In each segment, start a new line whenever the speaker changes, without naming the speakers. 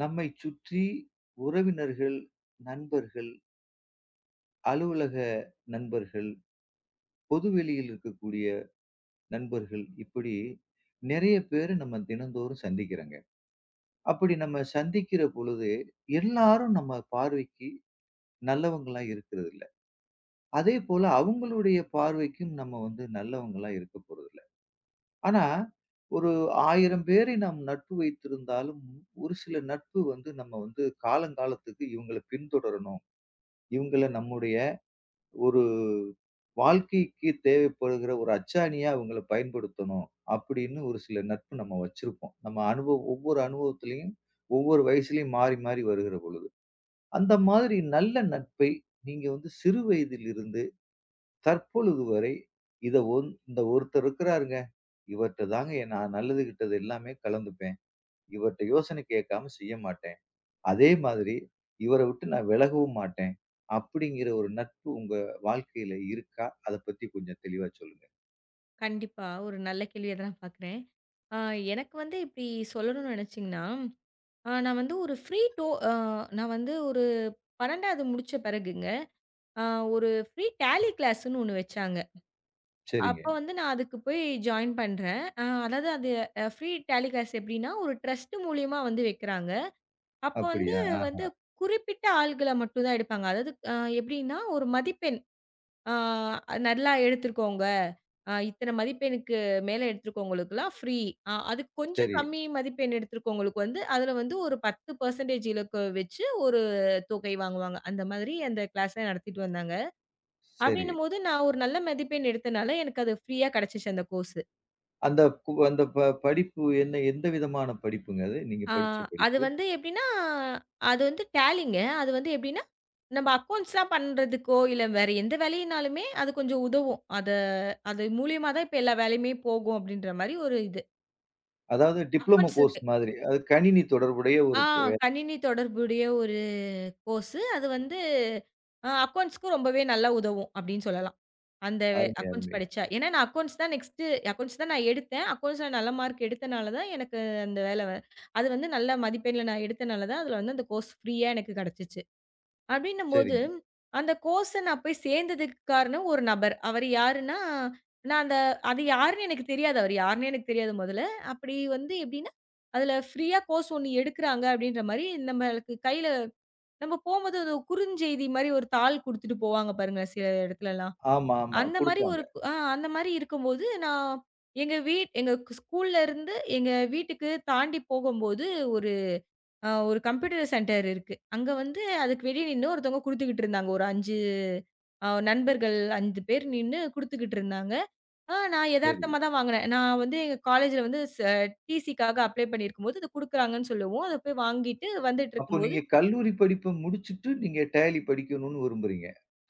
நம்மை சுற்றி உறவினர்கள், நண்பர்கள், அலுவலக நண்பர்கள், பொதுவெளியில் இருக்கக்கூடிய நண்பர்கள் இப்படி நிறைய பேரு நம்ம தினந்தோறும் சந்திக்கிறோங்க. அப்படி நம்ம சந்திக்கிற பொழுது எல்லாரும் நம்ம பார்வைக்கு நல்லவங்களா இருக்கிறதில்ல. அதேபோல அவங்களுடைய பார்வைக்கும் நம்ம வந்து நல்லவங்களா இருக்க போறதில்ல. ஆனா, ஒரு 1000 பேரை நாம் நட்பு வைத்திருந்தாலும், ஒரு சில நட்பு வந்து நம்ம வந்து காலங்காலத்துக்கு இவங்கள பின்தொடரணும். இவங்கள நம்முடைய ஒரு வாழ்க்கைக்கு தேவைப்படுகிற ஒரு அச்சாணியா அவங்கள பயன்படுத்தணும். அப்படின்னு ஒரு சில நட்பு நம்ம வச்சிருப்போம். நம்ம அனுபவம் ஒவ்வொரு அனுபவத்திலயும், ஒவ்வொரு வயசுலயும் மாறி, மாறி வருகிற பொழுது. அந்த மாதிரி நல்ல நட்பை நீங்க வந்து சிறு வயதிலிருந்து தற்பொழுது வரை இத ஒன் இந்த ஒருத்தர் இருக்கிறாருங்க. இவர்ட்ட தாங்க நான் நல்லது, கெட்டது எல்லாமே கலந்துப்பேன். இவர்ட்ட யோசனை கேட்காம செய்ய மாட்டேன். அதே மாதிரி இவர விட்டு நான் விலகவும் மாட்டேன். அப்படிங்கிற ஒரு நட்பு உங்க வாழ்க்கையில இருக்கா? அத பத்தி கொஞ்சம் தெளிவா சொல்லுங்க.
கண்டிப்பா. ஒரு நல்ல கேள்வியா தான் நான் பார்க்குறேன். ஆ எனக்கு வந்து இப்டி சொல்லணும்னு நெனச்சீங்கன்னா, நான் வந்து ஒரு ஃப்ரீ டோ அ நான் வந்து ஒரு 12வது முடிச்ச பிறகுங்க, ஆ ஒரு ஃப்ரீ டேலி கிளாஸ்ன்னு ஒண்ணு வச்சாங்க. அப்ப
சரிங்க.
வந்து நான் அதுக்கு போய் ஜாயின் பண்றேன். அதாவது அது ஃப்ரீ டேலி கிளாஸ் எப்டின்னா, ஒரு ட்ரஸ்ட் மூலியமா வந்து வைக்கிறாங்க. அப்போ வந்து
அப்படியா?
வந்து
ஆஹா.
குறிப்பிட்ட ஆள்கள மட்டும் தான் எடுப்பாங்க. அதாவது எப்டின்னா, ஒரு மதிப்பெண் ஆ நல்லா எடுத்திருக்கோங்க. இத்தன மதிப்பெண்ணுக்கு மேல எடுத்திருக்கவங்களுக்குலாம் ஃப்ரீ. அதுக்கு கொஞ்சம்
சரி,
கம்மி மதிப்பெண் எடுத்திருக்கவங்களுக்கு வந்து, அதுல வந்து ஒரு 10% இலக்கு வச்சு ஒரு தொகை வாங்குவாங்க. அந்த மாதிரி அந்த கிளாஸ நடத்திட்டு வந்தாங்க.
சரி.
அப்டின்னும்போது நான் ஒரு நல்ல மதிப்பெண் எடுத்தனால எனக்கு அது ஃப்ரீயா கிடைச்சுச்சு அந்த கோர்ஸு.
அந்த கு அந்த ப படிப்பு என்ன எந்த விதமான படிப்புங்க அது? நீங்க
ஆ
படிச்ச
அது
படிப்பு?
வந்து எப்டின்னா, அது வந்து டேலிங்க. அது வந்து எப்டின்னா, நம்ம அக்கவுண்ட்ஸ்லாம் பண்றதுக்கோ, இல்ல வேற எந்த வேலையினாலுமே அது கொஞ்சம் உதவும். அது மூலியமா தான் இப்ப எல்லா வேலையுமே போகும் அப்டின்ற மாரி ஒரு இது.
அதாவது டிப்ளமோ
அக்கவுண்ட்ஸ்
கோர்ஸ்
இருக்கு.
மாதிரி. அது கணினி தொடர்புடைய
ஆ
ஒரு.
கணினி தொடர்புடைய ஒரு கோர்ஸு. அது வந்து அக்கவுண்ட்ஸ்க்கு ரொம்பவே நல்லா உதவும் அப்படின்னு சொல்லலாம். அந்த
அருமை,
அக்கவுண்ட்ஸ்
அருமை.
படிச்சா. ஏன்னா நான் அக்கவுண்ட்ஸ் தான் அக்கவுண்ட்ஸ் தான் நான் எடுத்தேன். அக்கவுண்ட்ஸ்ல நல்ல மார்க் எடுத்தனால தான் எனக்கு அந்த வேலை வ- அது வந்து நல்ல மதிப்பெண்ல நான் எடுத்தனால தான் அதுல வந்து அந்த கோர்ஸ் ஃப்ரீயா எனக்கு கிடைச்சுச்சு. அப்படின்னும்போது,
சரிங்க.
அந்த கோர்ஸ நான் போய் சேர்ந்ததுக்கு காரணம் ஒரு நபர். அவரு யாருன்னா, நான் அந்த அது யாருன்னு எனக்கு தெரியாது. அவரு யாருன்னே எனக்கு தெரியாது முதல்ல. அப்படி வந்து எப்படின்னா, அதில ஃப்ரீயா கோர்ஸ் ஒண்ணு எடுக்குறாங்க அப்படின்ற மாரி நம்மளுக்கு கையில நம்ம போம்போது அது குறுஞ்செய்தி மாரி ஒரு தாள் குடுத்துட்டு போவாங்க பாருங்க சில இடத்துலலாம்.
ஆமா, ஆமா.
அந்த மாரி
குடுப்பாங்க.
ஒரு கு- ஆ அந்த மாரி இருக்கும்போது, நான் எங்க ஸ்கூல்ல இருந்து எங்க வீட்டுக்கு தாண்டி போகும்போது ஒரு கம்ப்யூட்டர் சென்டர் இருக்கு. அங்க வந்து அதுக்கு வெளிய நின்னு ஒருத்தவங்க குடுத்துக்கிட்டு இருந்தாங்க. ஒரு 5 அ நண்பர்கள் 5 பேர் நின்னு குடுத்துக்கிட்டு இருந்தாங்க. நான்
சரி.
எதார்த்தமா தான் வாங்குனேன். நான் வந்து எங்க காலேஜ்ல வந்து ச டிசிக்காக அப்ளை பண்ணியிருக்கும்போது, இத குடுக்குறாங்கன்னு சொல்லவும், அத போய் வாங்கிட்டு
அப்போ
வந்துட்டுருக்கும்போது
நீங்க கல்லூரி படிப்ப முடிச்சுட்டு, நீங்க டேலி படிக்கணும்னு விரும்புறீங்க.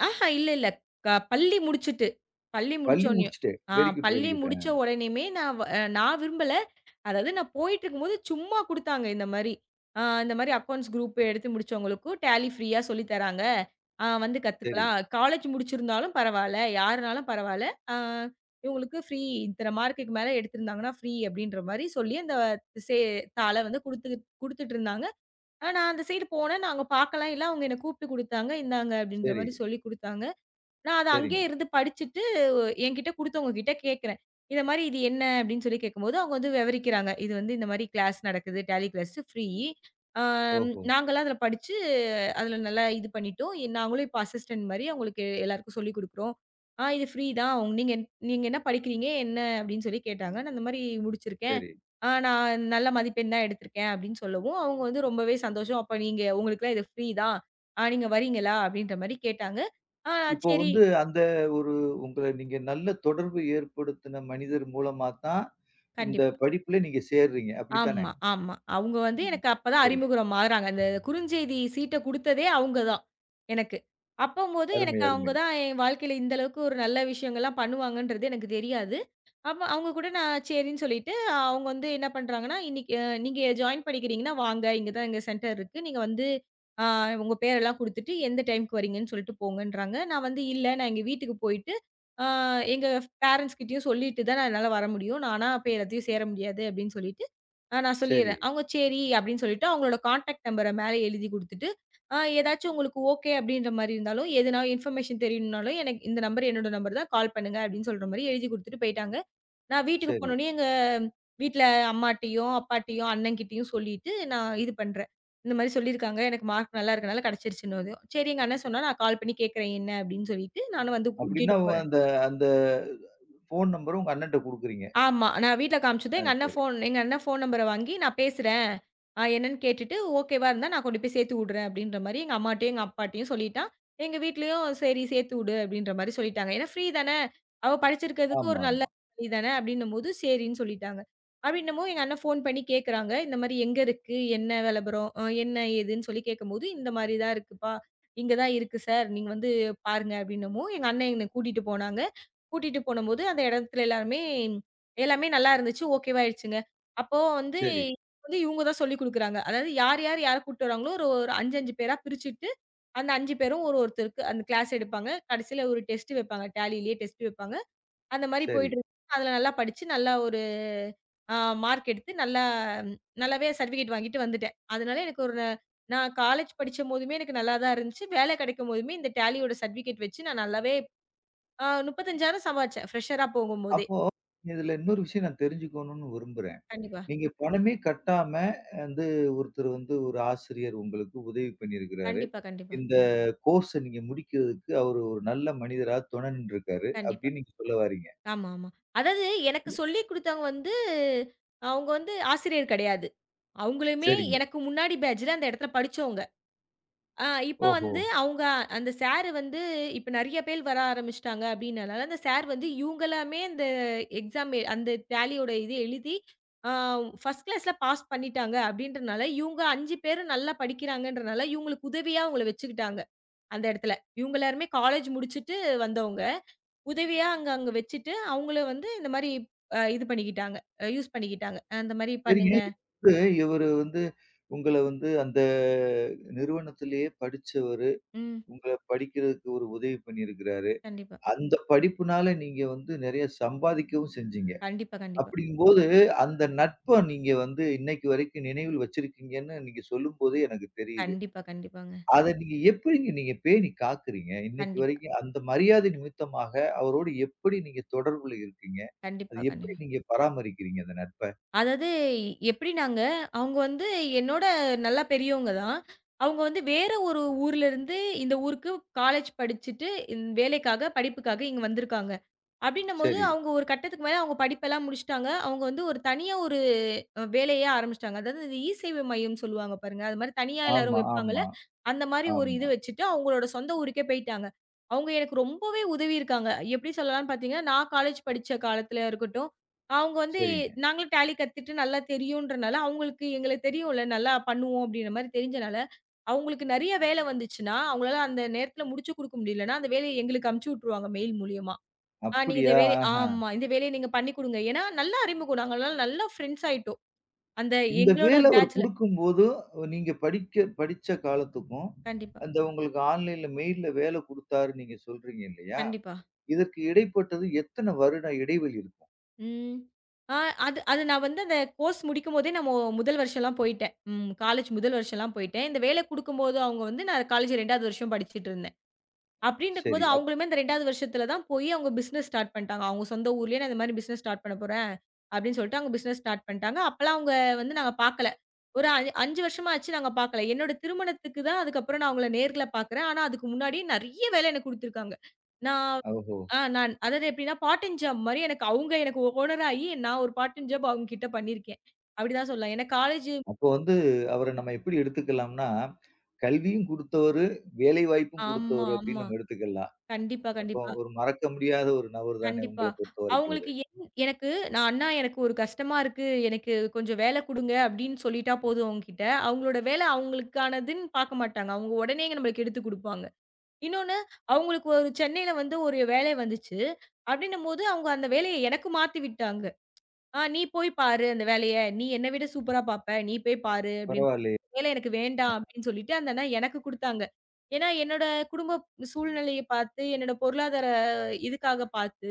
ஆஹா இல்ல, இல்ல. பள்ளி முடிச்சுட்டு, பள்ளி
பள்ளி
முடிச்சோனயும்
முடிச்சுட்டு.
ஆ
வெரி குட், வெரி
பள்ளி
குட்.
முடிச்ச
ஆ.
உடனேயுமே நான் விரும்பல. அதாவது நான் போயிட்டுருக்கும்போது சும்மா குடுத்தாங்க இந்த மாரி. இந்த மாரி அக்கவுண்ட்ஸ் குரூப் எடுத்து முடிச்சவங்களுக்கும் டேலி ஃப்ரீயா சொல்லி தராங்க. வந்து
சரி,
கத்துக்கலாம். காலேஜ் முடிச்சிருந்தாலும் பரவால்ல, யாருனாலும் பரவால்ல. ஆ இவங்களுக்கு ஃப்ரீ இத்தன மார்க்குக்கு மேல எடுத்திருந்தாங்கன்னா ஃப்ரீ அப்படின்ற மாரி சொல்லி அந்த சே தாள வந்து குடுத்துட்டுருந்தாங்க. நான் அந்த சைடு போனேன். நான் அங்க பார்க்கலாம் இல்ல. அவங்க என்ன கூப்ட்டு குடுத்தாங்க. இந்தாங்க அப்படின்ற
சரி.
மாரி சொல்லி குடுத்தாங்க. நான் அத அங்கேயே
சரிங்க.
இருந்து படிச்சுட்டு, என்கிட்ட குடுத்தவங்க கிட்ட கேட்கிறேன். இந்த மாரி இது என்ன? அப்படின்னு சொல்லி கேட்கும்போது, அவங்க வந்து விவரிக்கிறாங்க. இது வந்து இந்த மாரி கிளாஸ் நடக்குது. Tally class free. ஆ
ஓஹோ!
நாங்கலாம் அதில படிச்சு, அதில நல்லா இது பண்ணிட்டோம். நாங்களும் இப்போ அசிஸ்டன்ட் மாரி அவங்களுக்கு எல்லாருக்கும் சொல்லிக் குடுக்குறோம். இது ஃப்ரீ தான். நீங்க நீங்க என்ன படிக்கிறீங்க? என்ன? அப்படின்னு சொல்லி கேட்டாங்க. நான் இந்த மாரி முடிச்சிருக்கேன்.
சரி.
நான் நல்ல மதிப்பெண் தான் எடுத்திருக்கேன் அப்படின்னு சொல்லவும், அவங்க வந்து ரொம்பவே சந்தோஷம். அப்ப நீங்க உங்களுக்கெல்லாம் இது ஃப்ரீ தான். நீங்க வரீங்களா? அப்படின்ற மாரி கேட்டாங்க. ஆ
இப்போ
சரி.
வந்து அந்த ஒரு உங்கள நீங்க நல்ல தொடர்பு ஏற்படுத்தின மனிதர் மூலமா தான், இந்த
கண்டிப்பா.
படிப்புல நீங்க சேர்றீங்க. அப்படித்தானே?
ஆமா, ஆமா. அவங்க வந்து
ம்.
எனக்கு அப்பதான்
சரிங்க.
அறிமுகம் ஆகுறாங்க. அந்த குறுஞ்செய்தி சீட்ட குடுத்ததே அவங்க தான், எனக்கு. அப்பம்போது
அருமை,
எனக்கு அவங்க
அருமை.
தான் என் வாழ்க்கையில இந்த அளவுக்கு ஒரு நல்ல விஷயங்கள்லாம் பண்ணுவாங்கன்றது எனக்கு தெரியாது. அப்ப அவங்க கூட நான் சரின்னு சொல்லிட்டு, அவங்க வந்து என்ன பண்றாங்கன்னா, "இன்னைக்கு நீங்க ஜாயின் பண்ணிக்கிறீங்கன்னா வாங்க. இங்க தான் எங்க சென்டர் இருக்கு. நீங்க வந்து அ உங்க பேரெல்லாம் குடுத்துட்டு எந்த டைம்க்கு வரீங்கன்னு சொல்லிட்டு போங்கன்றாங்க." நான் வந்து, "இல்ல நான் எங்க வீட்டுக்கு போயிட்டு, அ எங்க பேரண்ட்ஸ் கிட்டயும் சொல்லிட்டு தான் நான் என்னால வர முடியும். நானா போய் எல்லாத்தையும் சேர முடியாது." அப்படின்னு சொல்லிட்டேன். நான்
சரி,
சொல்லிர்றேன். அவங்க சரி அப்படின்னு சொல்லிட்டு அவங்களோட கான்டாக்ட் நம்பர மேல எழுதி குடுத்துட்டு, ஏதாச்சும் உங்களுக்கு ஓகே அப்படின்ற மாரி இருந்தாலும், எதுனா இன்ஃபர்மேஷன் தெரியணும்னாலும் எனக்கு இந்த நம்பர் என்னோட நம்பர் தான் கால் பண்ணுங்க அப்படின்னு சொல்ற மாரி எழுதி குடுத்துட்டு போயிட்டாங்க. நான் வீட்டுக்கு
சரி.
போனோனே எங்க வீட்ல அம்மாட்டயும், அப்பாட்டயும், அண்ணன்கிட்டயும் சொல்லிட்டு நான் இது பண்றேன். இந்த மாரி சொல்லியிருக்காங்க. எனக்கு மார்க் நல்லா இருக்கனால கிடைச்சிருச்சுன்னதும். சரி எங்க அண்ணன் சொன்னா நான் கால் பண்ணி கேட்கிறேன் என்ன அப்படின்னு சொல்லிட்டு நானும் வந்து
அப்படின்னா
கூட்டிட்டு
உ
போறேன்.
அந்த அந்த ஃபோன் நம்பர உங்க அண்ணன்ட்ட குடுக்குறீங்க.
ஆமா. நான் வீட்ல காமிச்சதும்
ஆ சரி.
எங்க அண்ணன் ஃபோன் நம்பர வாங்கி நான் பேசுறேன். என்னன்னு கேட்டுட்டு ஓகேவா இருந்தா நான் கொண்டு போய் சேர்த்து விடுறேன் அப்படின்ற மாரி எங்க அம்மாட்டயும், எங்க அப்பாட்டயும் சொல்லிட்டான். எங்க வீட்லயும் சரி சேர்த்து விடு அப்படின்ற மாரி சொல்லிட்டாங்க. ஏன்னா ஃப்ரீ தானே. அவ படிச்சிருக்கிறதுக்கு ஒரு
ஆமா,
நல்ல
ஆமா.
வழி தானே அப்படின்னும்போது சரின்னு சொல்லிட்டாங்க. அப்படின்னமும் எங்க அண்ணன் ஃபோன் பண்ணி கேட்கறாங்க. இந்த மாரி எங்க இருக்கு? என்ன விளம்பரம்? என்ன ஏதுன்னு சொல்லி கேட்கும்போது, இந்த மாரி தான் இருக்குப்பா. இங்க தான் இருக்கு சார். நீங்க வந்து பாருங்க அப்படின்னமும் எங்க அண்ணன் என்ன கூட்டிட்டு போனாங்க. கூட்டிட்டு போனம்போது அந்த இடத்துல எல்லாருமே எல்லாமே நல்லா இருந்துச்சு. ஓகேவா ஆயிடுச்சுங்க. அப்போ வந்து
சரி,
வந்து இவங்க தான் சொல்லிக் குடுக்குறாங்க. அதாவது யார், யார், யார கூட்டிட்டு வராங்களோ ஒரு ஒரு 5, 5 பேரா பிரிச்சுட்டு, அந்த 5 பேரும் ஒருத்தருக்கு அந்த கிளாஸ் எடுப்பாங்க. கடைசியில ஒரு டெஸ்ட் வைப்பாங்க. டேலியிலேயே டெஸ்ட் வைப்பாங்க. அந்த மாரி
சரி.
போயிட்டு இருந்துச்சு. அதுல நல்லா படிச்சு, நல்லா ஒரு அ மார்க் எடுத்து நல்லா ம், நல்லாவே சர்டிஃபிகேட் வாங்கிட்டு வந்துட்டேன். அதனால எனக்கு நான் காலேஜ் படிச்சம்போதுமே எனக்கு நல்லா தான் இருந்துச்சு. வேலை கிடைக்கும்போதுமே இந்த டேலியோட சர்டிஃபிகேட் வச்சு நான் நல்லாவே 35,000 சம்பாரிச்சேன். ஃப்ரெஷரா போகும்போதே.
அப்போ இதுல இன்னொரு விஷயம் நான் தெரிஞ்சுக்கணும்னு விரும்புறேன்.
கண்டிப்பா.
நீங்க பணமே கட்டாம வந்து ஒருத்தர் வந்து ஒரு ஆசிரியர் உங்களுக்கு உதவி பண்ணியிருக்கிறாரு.
கண்டிப்பா, கண்டிப்பா.
இந்த கோர்ஸ நீங்க முடிக்கிறதுக்கு அவரு ஒரு நல்ல மனிதரா துணை நின்றுருக்காரு.
கண்டிப்பா.
அப்படின்னு நீங்க சொல்ல வாரீங்க.
ஆமா, ஆமா. அதாவது எனக்கு சொல்லிக் குடுத்தவங்க வந்து, அவங்க வந்து ஆசிரியர் கிடையாது. அவங்களுமே
சரிங்க.
எனக்கு முன்னாடி பேட்ஜ்ல அந்த இடத்துல படிச்சவங்க. அ இப்ப
ஓஹோ!
வந்து அவங்க அந்த சார் வந்து இப்ப நெறைய பேர் வர ஆரம்பிச்சுட்டாங்க அப்டின்னனால, அந்த சார் வந்து இவங்களாமே அந்த எக்ஸாம் அந்த டேலியோட இது எழுதி, அ ஃபர்ஸ்ட் கிளாஸ்ல பாஸ் பண்ணிட்டாங்க அப்டின்றனால, இவங்க 5 பேரும் நல்லா படிக்கிறாங்கன்றனால, இவங்களுக்கு உதவியா அவங்கள வச்சுக்கிட்டாங்க அந்த இடத்துல. இவங்க எல்லாருமே காலேஜ் முடிச்சுட்டு வந்தவங்க. உதவியா அங்க அங்க வச்சுட்டு, அவங்கள வந்து இந்த மாரி இது பண்ணிக்கிட்டாங்க. யூஸ் பண்ணிக்கிட்டாங்க. இந்த மாரி
சரிங்க.
பண்ணுங்க.
இப்ப இவரு வந்து உங்கள வந்து அந்த நிறுவனத்திலேயே படிச்சவரு.
ம்.
உங்கள படிக்கிறதுக்கு ஒரு உதவி பண்ணியிருக்கிறாரு.
கண்டிப்பா.
அந்த படிப்புனால நீங்க வந்து நெறைய சம்பாதிக்கவும் செஞ்சீங்க.
கண்டிப்பா, கண்டிப்பா.
அப்படிங்கும்போது அந்த நட்ப நீங்க வந்து இன்னைக்கு வரைக்கும் நினைவில் வச்சிருக்கீங்கன்னு நீங்க சொல்லும்போது எனக்கு தெரியுது.
கண்டிப்பா, கண்டிப்பாங்க.
அத நீங்க எப்படிங்க நீங்க பேணி காக்குறீங்க? இன்னைக்கு
கண்டிப்பா.
வரைக்கும் அந்த மரியாதை நிமித்தமாக அவரோடு எப்படி நீங்க தொடர்புல இருக்கீங்க? அது
கண்டிப்பா,
எப்படி
கண்டிப்பா.
நீங்க பராமரிக்கிறீங்க அந்த நட்ப?
அதாவது எப்படினாங்க, அவங்க வந்து என்னோட நல்லா பெரியவங்க தான். அவங்க வந்து வேற ஒரு ஊர்லருந்து இந்த ஊருக்கு காலேஜ் படிச்சுட்டு, வேலைக்காக, படிப்புக்காக இங்க வந்திருக்காங்க. அப்படின்னும்போது
சரி.
அவங்க ஒரு கட்டத்துக்கு மேல அவங்க படிப்பெல்லாம் முடிச்சுட்டாங்க. அவங்க வந்து ஒரு தனியா ஒரு வேலையே ஆரம்பிச்சுட்டாங்க. அதாவது இந்த இ-சேவை மையம்னு சொல்லுவாங்க பாருங்க. அது மாரி தனியா எல்லாரும்
ஆமா,
வைப்பாங்கல்ல,
ஆமா,
அந்த மாரி ஒரு இது
ஆமா.
வச்சுட்டு அவங்களோட சொந்த ஊருக்கே போயிட்டாங்க. அவங்க எனக்கு ரொம்பவே உதவியிருக்காங்க. எப்படி சொல்லலாம்ன்னு பார்த்தீங்கன்னா, நான் காலேஜ் படிச்ச காலத்துல இருக்கட்டும், அவங்க வந்து
சரிங்க.
நாங்களும் டேலி கத்துட்டு நல்லா தெரியுன்றனால, அவங்களுக்கு எங்கள தெரியும்ல, நல்லா பண்ணுவோம் அப்படின்ற மாரி தெரிஞ்சனால, அவங்களுக்கு நெறைய வேலை வந்துச்சுன்னா, அவங்களால அந்த நேரத்துல முடிச்சு குடுக்க முடியலன்னா, அந்த வேலைய எங்களுக்கு அனுப்பிச்சு விட்டுருவாங்க மெயில் மூலியமா. நீங்க இந்த
அப்படியா?
வேலைய
ஆஹா.
ஆமா. இந்த வேலைய நீங்க பண்ணி குடுங்க. ஏன்னா, நல்லா அறிமுகம். நாங்கலாம் நல்லா ஃப்ரெண்ட்ஸ் ஆயிட்டோம். அந்த
இந்த
எங்களோட
வேல அவர்
பேட்ச்ல.
குடுக்கும்போது, நீங்க படிக்க படிச்ச காலத்துக்கும்,
கண்டிப்பா,
அந்த உங்களுக்கு ஆன்லைன்ல மெயில்ல வேல குடுத்தாரு நீங்க சொல்றீங்க இல்லையா?
கண்டிப்பா.
இதற்கு இடைப்பட்டது எத்தன வருட இடைவெளி இருக்கும்?
ம். ஆ அது அது நான் வந்து அந்த கோர்ஸ் முடிக்கும்போதே நான் மொ முதல் வருஷம்லாம் போயிட்டேன். ம். காலேஜ் முதல் வருஷம்லாம் போயிட்டேன். இந்த வேலை குடுக்கும்போது அவங்க வந்து நான் காலேஜ் 2வது வருஷம் படிச்சுட்டு இருந்தேன். அப்டின்ருக்கும்போது
சரி.
அவங்களுமே இந்த 2வது வருஷத்துல தான் போய் அவங்க பிசினஸ் ஸ்டார்ட் பண்ணிட்டாங்க. அவங்க சொந்த ஊர்லயே நான் இந்த மாரி பிசினஸ் ஸ்டார்ட் பண்ண போறேன். அப்டின்னு சொல்லிட்டு அவங்க பிசினஸ் ஸ்டார்ட் பண்ணிட்டாங்க. அப்பலாம் அவங்க வந்து நாங்க பாக்கல. ஒரு 5 வருஷமா ஆச்சு நாங்க பாக்கல. என்னோட திருமணத்துக்கு தான் அதுக்கப்புறம் நான் அவங்கள நேர்ல பாக்குறேன். ஆனா, அதுக்கு முன்னாடி நெறைய வேல எனக்கு குடுத்துருக்காங்க. நான்
ஓஹோ!
நான் அதாவது எப்டின்னா, பார்ட் டைம் ஜாப் மாரி எனக்கு ஓனர் ஆயி நான் ஒரு பார்ட் டைம் ஜாப் அவங்க கிட்ட பண்ணியிருக்கேன். அப்டிதான் சொல்லலாம். ஏன்னா காலேஜ்
அப்போ வந்து அவர நம்ம எப்படி எடுத்துக்கலாம்னா, கல்வியும் குடுத்தவரு, வேலைவாய்ப்பும்
ஆமா,
குடுத்தவரு அப்படின்னு
ஆமா.
நம்ம எடுத்துக்கலாம்.
கண்டிப்பா,
அப்போ
கண்டிப்பா.
ஒரு மறக்க முடியாத ஒரு நபர் தானே
கண்டிப்பா.
உங்கள பொறுத்தவரைக்கும் அது.
அவங்களுக்கு என் எனக்கு நான் "அண்ணா எனக்கு ஒரு கஷ்டமா இருக்கு. எனக்கு கொஞ்சம் வேலை குடுங்க" அப்படின்னு சொல்லிட்டா போதும் அவங்ககிட்ட. அவங்களோட வேலை அவங்களுக்கானதுன்னு பார்க்க மாட்டாங்க. அவங்க உடனே நம்மளுக்கு எடுத்து குடுப்பாங்க. இன்னொன்னு அவங்களுக்கு ஒரு சென்னையில வந்து ஒரு வேலை வந்துச்சு. அப்படின்னும்போது அவங்க அந்த வேலைய எனக்கு மாத்தி விட்டாங்க. நீ போய் பாரு அந்த வேலைய. நீ என்ன விட சூப்பரா பார்ப்ப. நீ போய் பாரு" அப்படின்னு.
பரவாயில்லையே.
வேலை எனக்கு வேண்டாம் அப்படின்னு சொல்லிட்டு அந்த அண்ணா எனக்கு குடுத்தாங்க. ஏன்னா என்னோட குடும்ப சூழ்நிலைய பார்த்து, என்னோட பொருளாதார இதுக்காக பார்த்து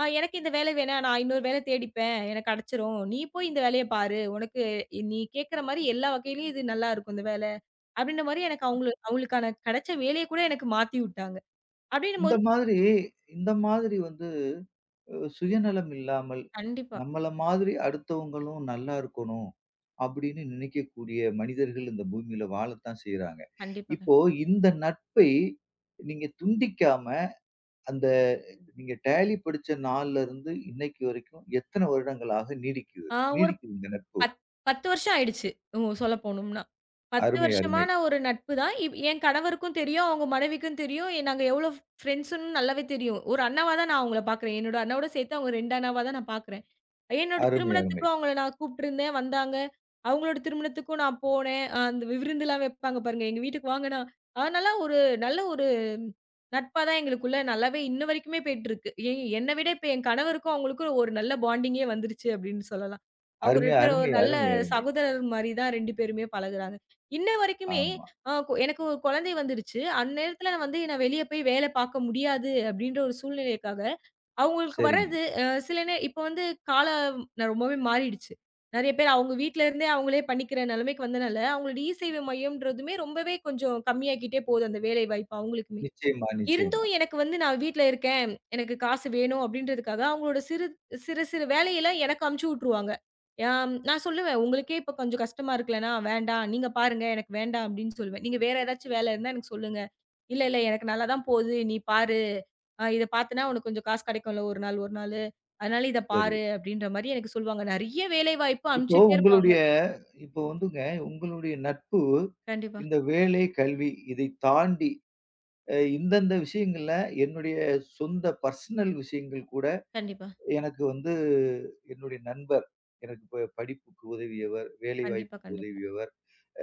எனக்கு இந்த வேலை வேணாம். நான் இன்னொரு வேலை தேடிப்பேன். எனக்கு கிடைச்சிரும். நீ போய் இந்த வேலைய பாரு. உனக்கு நீ கேட்கிற மாரி எல்லா வகையிலயும் இது நல்லா இருக்கும் இந்த வேலை. அப்படின்ற மாரி எனக்கு அவங்களுக்கான கிடைச்ச வேலைய கூட எனக்கு மாத்தி விட்டாங்க.
இந்த
அப்படின்னும்போது
மாதிரி இந்த மாதிரி வந்து அ சுயநலம் இல்லாமல்,
கண்டிப்பா,
நம்மள மாதிரி அடுத்தவங்களும் நல்லா இருக்கணும் அப்படின்னு நினைக்கக்கூடிய மனிதர்கள் இந்த பூமியில வாழத்தான் செய்றாங்க.
கண்டிப்பாங்க.
இப்போ இந்த நட்பை நீங்க துண்டிக்காம அந்த நீங்க டேலி படிச்ச நாள்ல இருந்து இன்னைக்கு வரைக்கும் எத்தன வருடங்களாக நீடிக்குது?
ஆ ஒரு
நீடிக்குது இந்த நட்பு.
பத் 10 வருஷம் ஆயிடுச்சு. ம் சொல்ல போணும்னா. 10
அருமை, அருமை.
வருஷமான ஒரு நட்பு தான். என் கணவருக்கும் தெரியும். அவங்க மனைவிக்கும் தெரியும். நாங்க எவ்வளோ ஃப்ரெண்ட்ஸ்ன்னு நல்லாவே தெரியும். ஒரு அண்ணாவா தான் நான் அவங்கள பார்க்குறேன். என்னோட அண்ணாவோட சேர்த்து அவங்க 2 அண்ணாவா தான் நான் பார்க்குறேன். என்னோட
அருமை, அருமை.
திருமணத்துக்கும் அவங்கள நான் கூப்பிட்டுருந்தேன், வந்தாங்க. அவங்களோட திருமணத்துக்கும் நான் போனேன். அந்த விருந்துலாம் வைப்பாங்க பாருங்க, எங்க வீட்டுக்கு வாங்கன்னா, அதனால நல்ல ஒரு நட்பா தான் எங்களுக்குள்ள நல்லாவே இன்ன வரைக்குமே போயிட்டுருக்கு. என்ன விட இப்ப என் கணவருக்கும் அவங்களுக்கும் ஒரு நல்ல பாண்டிங்கே வந்துருச்சு அப்படின்னு சொல்லலாம். அவங்க
அருமை,
2 பேரும் ஒரு
அருமை,
நல்ல
அருமை, அருமை.
சகோதரர் மாரி தான் 2 பேருமே பழகுறாங்க. இன்ன வரைக்குமே
ஆமா.
அ கொ எனக்கு ஒரு குழந்தை வந்துருச்சு. அந்நேரத்துல வந்து நான் வெளிய போய் வேலை பார்க்க முடியாது அப்படின்ற ஒரு சூழ்நிலைக்காக அவங்களுக்கு
சரிங்க.
வர்றது அ சில நே இப்ப வந்து ரொம்பவே மாறிடுச்சு. நெறைய பேர் அவங்க வீட்ல இருந்தே அவங்களே பண்ணிக்கிற நெலைமைக்கு வந்தனால, அவங்களோட இ சேவை மையம்ன்றதுமே ரொம்பவே கொஞ்சம் கம்மியாகிட்டே போகுது அந்த வேலை வாய்ப்பு அவங்களுக்குமே.
நிச்சயமா, நிச்சயமா.
இருந்தும் எனக்கு வந்து நான் வீட்ல இருக்கேன். எனக்கு காசு வேணும் அப்டின்றதுக்காக, அவங்களோட சிறு சிறு சிறு வேலையெல்லாம் எனக்கு அமுச்சு விட்டுருவாங்க. யாம் நான் சொல்லுவேன், "உங்களுக்கே இப்ப கொஞ்சம் கஷ்டமா இருக்குல்லனா, வேண்டாம். நீங்க பாருங்க. எனக்கு வேண்டாம்" அப்டின்னு சொல்லுவேன். "நீங்க வேற ஏதாச்சும் வேல இருந்தா எனக்கு சொல்லுங்க. இல்ல, இல்ல எனக்கு நல்லா தான் போகுது. நீ பாரு. இத பார்த்தன்னா உனக்கு கொஞ்சம் காசு கெடைக்கும்ல ஒரு நாளு. அதனால இத
சரி.
பாரு" அப்டின்ற மாரி எனக்கு சொல்லுவாங்க. நெறைய வேலைவாய்ப்பு
இப்போ
அமுச்சுட்டே இருப்பாங்க.
உங்களுடைய இப்போ வந்துங்க, உங்களுடைய நட்பு
கண்டிப்பா,
இந்த வேலை, கல்வி இதை தாண்டி அ இந்தந்த விஷயங்கள்ல என்னுடைய சொந்த பர்சனல் விஷயங்கள் கூட
கண்டிப்பா,
எனக்கு வந்து என்னுடைய நண்பர், எனக்கு படிப்புக்கு உதவியவர், வேலை
கண்டிப்பா,
வாய்ப்புக்கு
கண்டிப்பா,
உதவியவர்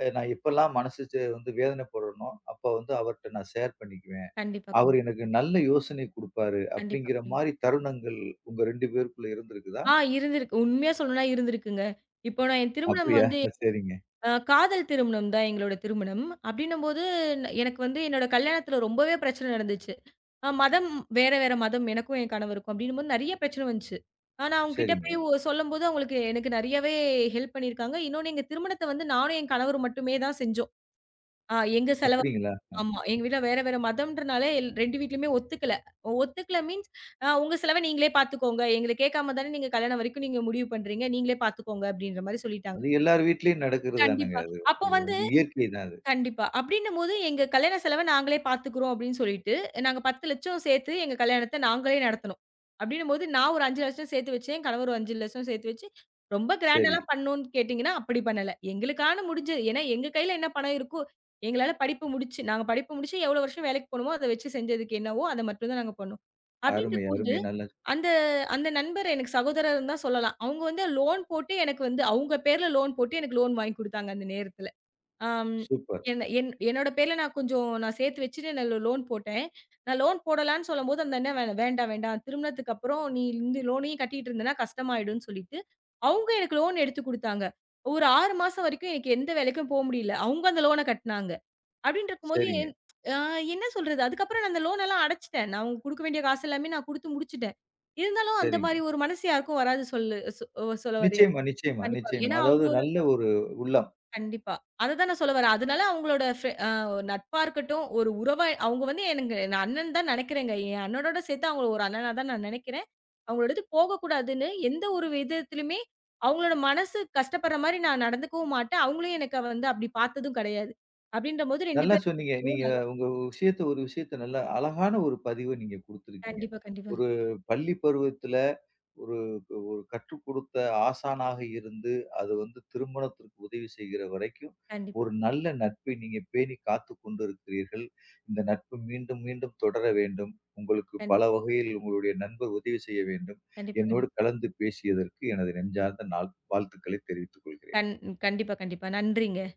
அ நான் எப்பல்லாம் மனசு வந்து வேதனைப்படுறேனோ, அப்ப வந்து அவர்ட்ட நான் ஷேர் பண்ணிக்குவேன்.
கண்டிப்பா,
அவரு
கண்டிப்பா,
எனக்கு நல்ல யோசனை குடுப்பாரு.
கண்டிப்பா.
அப்படிங்கிற மாரி தருணங்கள் உங்க 2 பேருக்குள்ள இருந்திருக்குதா?
இருந்திருக்கு. உண்மையா சொல்லணும்னா இருந்திருக்குங்க. இப்போ நான் என் திருமணம்
அப்படியா?
வந்து
சரிங்க,
காதல் திருமணம் தான் எங்களோட திருமணம். அப்டின்னும்போது எனக்கு வந்து என்னோட கல்யாணத்துல ரொம்பவே பிரச்சனை நடந்துச்சு. அ மதம் வேற வேற மதம் எனக்கும் என் கணவருக்கும் அப்டின்னும்போது நெறைய பிரச்சனை வந்துச்சு. ஆனா அவங்ககிட்ட
சரிங்க.
போய் சொல்லும்போது அவங்களுக்கு எனக்கு நெறையவே ஹெல்ப் பண்ணியிருக்காங்க. இன்னொன்னு எங்க திருமணத்த வந்து நானும் என் கணவரும் மட்டுமே தான் செஞ்சோம். எங்க செலவு
அப்படிங்களா? அ
ஆமா. எங்க வீட்ல வேற வேற மதம்ன்றனால 2 வீட்லயுமே ஒத்துக்கல. ஒத்துக்கல மீன்ஸ் உங்க செலவ நீங்களே பார்த்துக்கோங்க. எங்கள கேட்காம தானே நீங்க கல்யாணம் வரைக்கும் நீங்க முடிவு பண்றீங்க. நீங்களே பார்த்துக்கோங்க அப்டின்ற மாரி சொல்லிட்டாங்க.
அது எல்லார் வீட்லயும் நடக்கிறது தானங்க
கண்டிப்பா.
அது.
அப்போ
இது
வந்து
வந்து இயற்கை தான் அது.
கண்டிப்பா. அப்டின்னும்போது, எங்க கல்யாண செலவ நாங்களே பார்த்துக்கிறோம் அப்டின்னு சொல்லிட்டு, நாங்க 10,00,000 சேர்த்து எங்க கல்யாணத்த நாங்களே நடத்துனோம். அப்டின்னும்போது, நான் ஒரு 5,00,000 சேர்த்து வச்சேன். என் கணவர் ஒரு 5,00,000 சேர்த்து வச்சு, ரொம்ப
சரி.
கிராண்டாலாம் பண்ணோம்னு கேட்டீங்கன்னா, அப்டி பண்ணல. எங்களுக்கான முடிஞ்சது. ஏன்னா, எங்க கையில என்ன பணம் இருக்கோ, எங்களால படிப்பு முடிச்சு நாங்க படிப்பு முடிச்சு எவ்ளோ வருஷம் வேலைக்கு போனோமோ, அத வச்சு செஞ்சதுக்கு என்னவோ, அத மட்டும் தான் நாங்க பண்ணோம்.
அருமை,
அப்டின்றபோது,
அருமை. நல்லா
அந்த அந்த நண்பர் எனக்கு சகோதரர்ன்னு தான் சொல்லலாம். அவங்க வந்து லோன் போட்டு எனக்கு வந்து அவங்க பேர்ல லோன் போட்டு எனக்கு லோன் வாங்கி குடுத்தாங்க அந்த நேரத்துல. ஆம்.
சூப்பர்.
என்னோட பேர்ல நான் சேர்த்து வச்சுட்டு நான் லோன் போட்டேன். நான் லோன் போடலான்னு சொல்லும்போது அந்த அண்ணன் வேண்டாம், வேண்டாம். திருமணத்துக்கு அப்புறம் நீ இந்த லோனையும் கட்டிட்டு இருந்தேன்னா கஷ்டமாயிடும்ன்னு சொல்லிட்டு, அவங்க எனக்கு லோன் எடுத்து குடுத்தாங்க. ஒரு 6 மாசம் வரைக்கும் எனக்கு எந்த வேலைக்கும் போ முடியல. அவங்க அந்த லோன கட்டுனாங்க. அப்படின்னு இருக்கும்போது
சரிங்க,
ஆ என்ன சொல்றது? அதுக்கப்புறம் நான் அந்த லோன் எல்லாம் அடைச்சுட்டேன். நான் அவங்க குடுக்க வேண்டிய காசு எல்லாமே நான் குடுத்து முடிச்சுட்டேன். இருந்தாலும் அந்த
சரிங்க.
மாரி ஒரு மனசு யாருக்கும் வராது சொல்ல வரேன்.
நிச்சயமா, நிச்சயமா,
கண்டிப்பா.
நிச்சயமா.
ஏன்னா அவங்க
அதாவது நல்ல ஒரு உள்ளம்.
கண்டிப்பா. அததான் நான் சொல்ல வரேன். அதனால அவங்களோட ஃப்ரெ அ நட்பா இருக்கட்டும், ஒரு உறவா அவங்க வந்து எனக்கு நான் அண்ணன் தான் நெனைக்கிறேங்க. என் அண்ணனோட சேர்த்து அவங்கள ஒரு அண்ணனா தான் நான் நெனைக்கிறேன். அவங்களோட இது போகக்கூடாதுன்னு எந்த ஒரு விதத்திலுமே அவங்களோட மனசு கஷ்டப்படுற மாரி நான் நடந்துக்கவும் மாட்டேன். அவங்களும் எனக்கு வந்து அப்படி பார்த்ததும் கெடையாது. அப்படின்றபோது 2
நல்லா சொன்னீங்க.
பேரும்
நீங்க
நல்லா
உங்க விஷயத்த ஒரு விஷயத்த நல்லா அழகான ஒரு பதிவ நீங்க குடுத்திருக்கீங்க.
கண்டிப்பா, கண்டிப்பா,
ஒரு பள்ளி பருவத்துல ஒரு ஒரு கற்றுக் கொடுத்த ஆசானாக இருந்து, அது வந்து திருமணத்திற்கு உதவி செய்கிற வரைக்கும்,
கண்டிப்பா,
ஒரு நல்ல நட்பை நீங்க பேணி காத்துக் கொண்டிருக்கிறீர்கள். இந்த நட்பு மீண்டும் மீண்டும் தொடர வேண்டும். உங்களுக்கு பல
கண்டிப்பா,
வகையில் உங்களுடைய நண்பர் உதவி செய்ய வேண்டும்.
கண்டிப்பா, கண்டிப்பா,
என்னோடு கலந்து பேசியதற்கு எனது நெஞ்சார்ந்த நாள் வாழ்த்துக்களை தெரிவித்துக் கொள்கிறேன்.
கண் கண்டிப்பா, கண்டிப்பா. நன்றிங்க.